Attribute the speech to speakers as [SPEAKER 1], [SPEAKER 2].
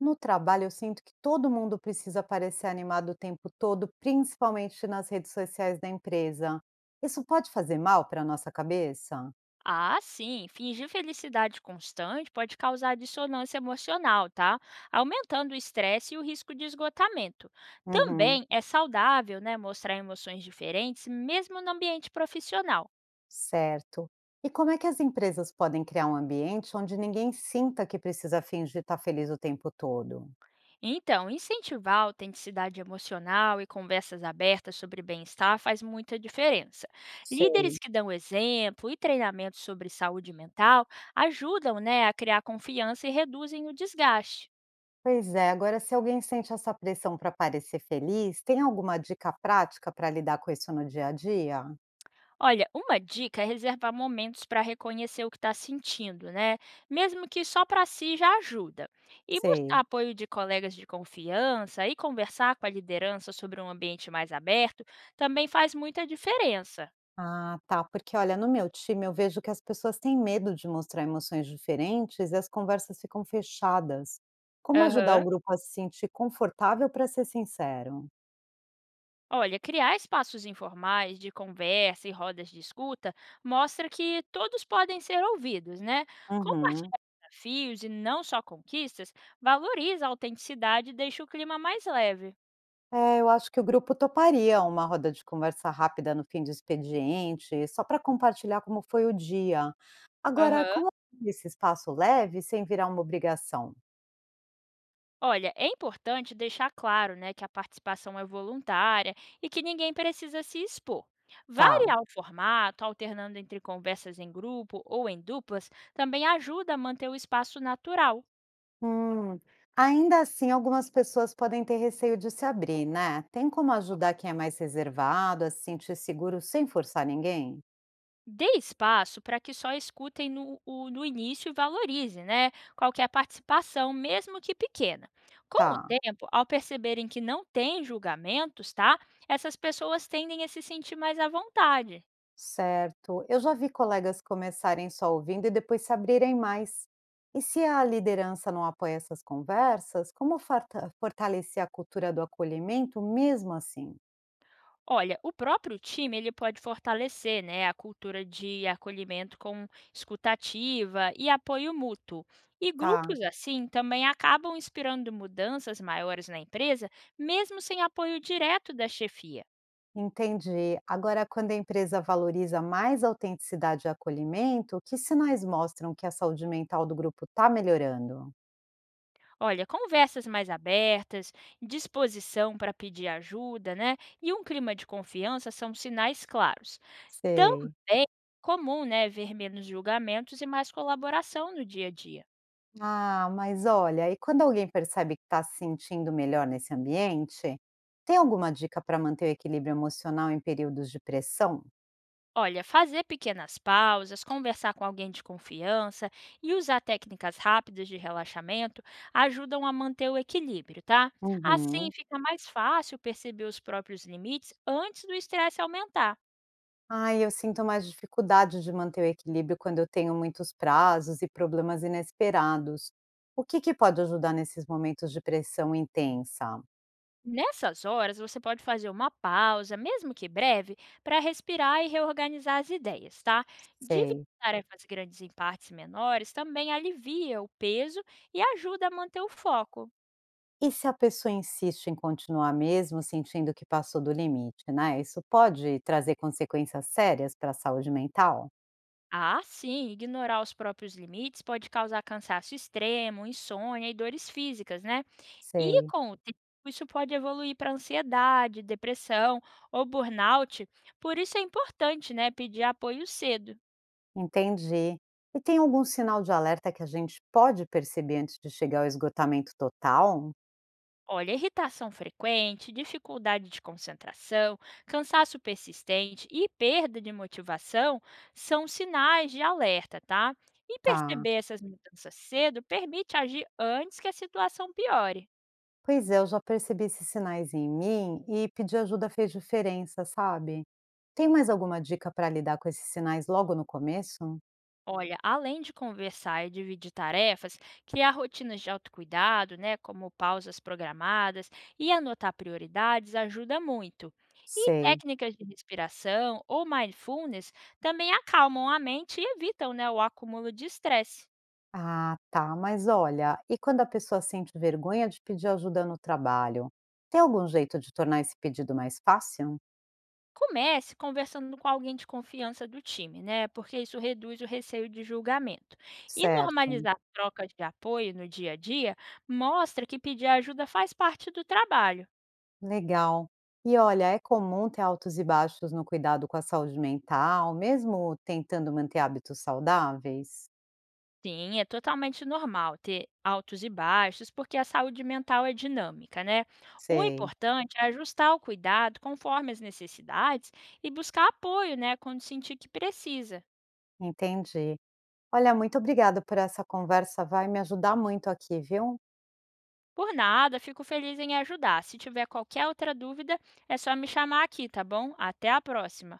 [SPEAKER 1] No trabalho, eu sinto que todo mundo precisa parecer animado o tempo todo, principalmente nas redes sociais da empresa. Isso pode fazer mal para a nossa cabeça?
[SPEAKER 2] Ah, sim, fingir felicidade constante pode causar dissonância emocional, tá? Aumentando o estresse e o risco de esgotamento.
[SPEAKER 1] Uhum,
[SPEAKER 2] Também é saudável, né, mostrar emoções diferentes, mesmo no ambiente profissional.
[SPEAKER 1] certo. E como é que as empresas podem criar um ambiente onde ninguém sinta que precisa fingir estar feliz o tempo todo?
[SPEAKER 2] Então, incentivar a autenticidade emocional e conversas abertas sobre bem-estar faz muita diferença.
[SPEAKER 1] Sei.
[SPEAKER 2] Líderes que dão exemplo e treinamentos sobre saúde mental ajudam, né, a criar confiança e reduzem o desgaste.
[SPEAKER 1] Pois é, agora se alguém sente essa pressão para parecer feliz, tem alguma dica prática para lidar com isso no dia a dia?
[SPEAKER 2] Olha, uma dica é reservar momentos para reconhecer o que está sentindo, né? Mesmo que só para si já ajuda. E buscar
[SPEAKER 1] Sei.
[SPEAKER 2] apoio de colegas de confiança e conversar com a liderança sobre um ambiente mais aberto também faz muita diferença.
[SPEAKER 1] Ah, tá. Porque olha, no meu time eu vejo que as pessoas têm medo de mostrar emoções diferentes e as conversas ficam fechadas. Como ajudar
[SPEAKER 2] Aham.
[SPEAKER 1] o grupo a se sentir confortável para ser sincero?
[SPEAKER 2] Olha, criar espaços informais de conversa e rodas de escuta mostra que todos podem ser ouvidos, né?
[SPEAKER 1] Uhum.
[SPEAKER 2] Compartilhar desafios e não só conquistas valoriza a autenticidade e deixa o clima mais leve.
[SPEAKER 1] É, eu acho que o grupo toparia uma roda de conversa rápida no fim do expediente, só para compartilhar como foi o dia. Agora,
[SPEAKER 2] Aham.
[SPEAKER 1] como é esse espaço leve sem virar uma obrigação?
[SPEAKER 2] Olha, é importante deixar claro, né, que a participação é voluntária e que ninguém precisa se expor.
[SPEAKER 1] Tá.
[SPEAKER 2] Variar o formato, alternando entre conversas em grupo ou em duplas, também ajuda a manter o espaço natural.
[SPEAKER 1] Hum, Ainda assim, algumas pessoas podem ter receio de se abrir, né? Tem como ajudar quem é mais reservado a se sentir seguro sem forçar ninguém?
[SPEAKER 2] Dê espaço para que só escutem no início e valorize, né, qualquer participação, mesmo que pequena. Com o
[SPEAKER 1] Tá,
[SPEAKER 2] tempo, ao perceberem que não tem julgamentos, tá? Essas pessoas tendem a se sentir mais à vontade.
[SPEAKER 1] certo. Eu já vi colegas começarem só ouvindo e depois se abrirem mais. E se a liderança não apoia essas conversas, como fortalecer a cultura do acolhimento mesmo assim?
[SPEAKER 2] Olha, o próprio time ele pode fortalecer, né, a cultura de acolhimento com escutativa e apoio mútuo. E
[SPEAKER 1] Tá.
[SPEAKER 2] grupos assim também acabam inspirando mudanças maiores na empresa, mesmo sem apoio direto da chefia.
[SPEAKER 1] Entendi. Agora, quando a empresa valoriza mais a autenticidade e acolhimento, que sinais mostram que a saúde mental do grupo está melhorando?
[SPEAKER 2] Olha, conversas mais abertas, disposição para pedir ajuda, né, e um clima de confiança são sinais claros. Também
[SPEAKER 1] Sei.
[SPEAKER 2] é comum, né, ver menos julgamentos e mais colaboração no dia a dia.
[SPEAKER 1] Ah, mas olha, e quando alguém percebe que está se sentindo melhor nesse ambiente, tem alguma dica para manter o equilíbrio emocional em períodos de pressão?
[SPEAKER 2] Olha, fazer pequenas pausas, conversar com alguém de confiança e usar técnicas rápidas de relaxamento ajudam a manter o equilíbrio, tá? Assim
[SPEAKER 1] Uhum.
[SPEAKER 2] fica mais fácil perceber os próprios limites antes do estresse aumentar.
[SPEAKER 1] Ai, eu sinto mais dificuldade de manter o equilíbrio quando eu tenho muitos prazos e problemas inesperados. O que que pode ajudar nesses momentos de pressão intensa?
[SPEAKER 2] Nessas horas, você pode fazer uma pausa, mesmo que breve, para respirar e reorganizar as ideias, tá? Dividir
[SPEAKER 1] Sei.
[SPEAKER 2] tarefas grandes em partes menores também alivia o peso e ajuda a manter o foco.
[SPEAKER 1] E se a pessoa insiste em continuar mesmo sentindo que passou do limite, né? Isso pode trazer consequências sérias para a saúde mental?
[SPEAKER 2] Ah, sim, ignorar os próprios limites pode causar cansaço extremo, insônia e dores físicas, né? E
[SPEAKER 1] Sei.
[SPEAKER 2] com o tempo, isso pode evoluir para ansiedade, depressão ou burnout. Por isso é importante, né, pedir apoio cedo.
[SPEAKER 1] Entendi. E tem algum sinal de alerta que a gente pode perceber antes de chegar ao esgotamento total?
[SPEAKER 2] Olha, irritação frequente, dificuldade de concentração, cansaço persistente e perda de motivação são sinais de alerta, tá? E
[SPEAKER 1] Tá.
[SPEAKER 2] perceber essas mudanças cedo permite agir antes que a situação piore.
[SPEAKER 1] Pois é, eu já percebi esses sinais em mim e pedir ajuda fez diferença, sabe? Tem mais alguma dica para lidar com esses sinais logo no começo?
[SPEAKER 2] Olha, além de conversar e dividir tarefas, criar rotinas de autocuidado, né, como pausas programadas e anotar prioridades ajuda muito. E
[SPEAKER 1] Sei.
[SPEAKER 2] técnicas de respiração ou mindfulness também acalmam a mente e evitam, né, o acúmulo de estresse.
[SPEAKER 1] Ah, tá. Mas olha, e quando a pessoa sente vergonha de pedir ajuda no trabalho? Tem algum jeito de tornar esse pedido mais fácil?
[SPEAKER 2] Comece conversando com alguém de confiança do time, né? Porque isso reduz o receio de julgamento. E
[SPEAKER 1] Certo,
[SPEAKER 2] normalizar trocas de apoio no dia a dia mostra que pedir ajuda faz parte do trabalho.
[SPEAKER 1] legal. E olha, é comum ter altos e baixos no cuidado com a saúde mental, mesmo tentando manter hábitos saudáveis?
[SPEAKER 2] Sim, é totalmente normal ter altos e baixos, porque a saúde mental é dinâmica, né? O
[SPEAKER 1] Sei,
[SPEAKER 2] importante é ajustar o cuidado conforme as necessidades e buscar apoio, né, quando sentir que precisa.
[SPEAKER 1] entendi. Olha, muito obrigada por essa conversa, vai me ajudar muito aqui, viu?
[SPEAKER 2] Por nada, fico feliz em ajudar. Se tiver qualquer outra dúvida, é só me chamar aqui, tá bom? Até a próxima!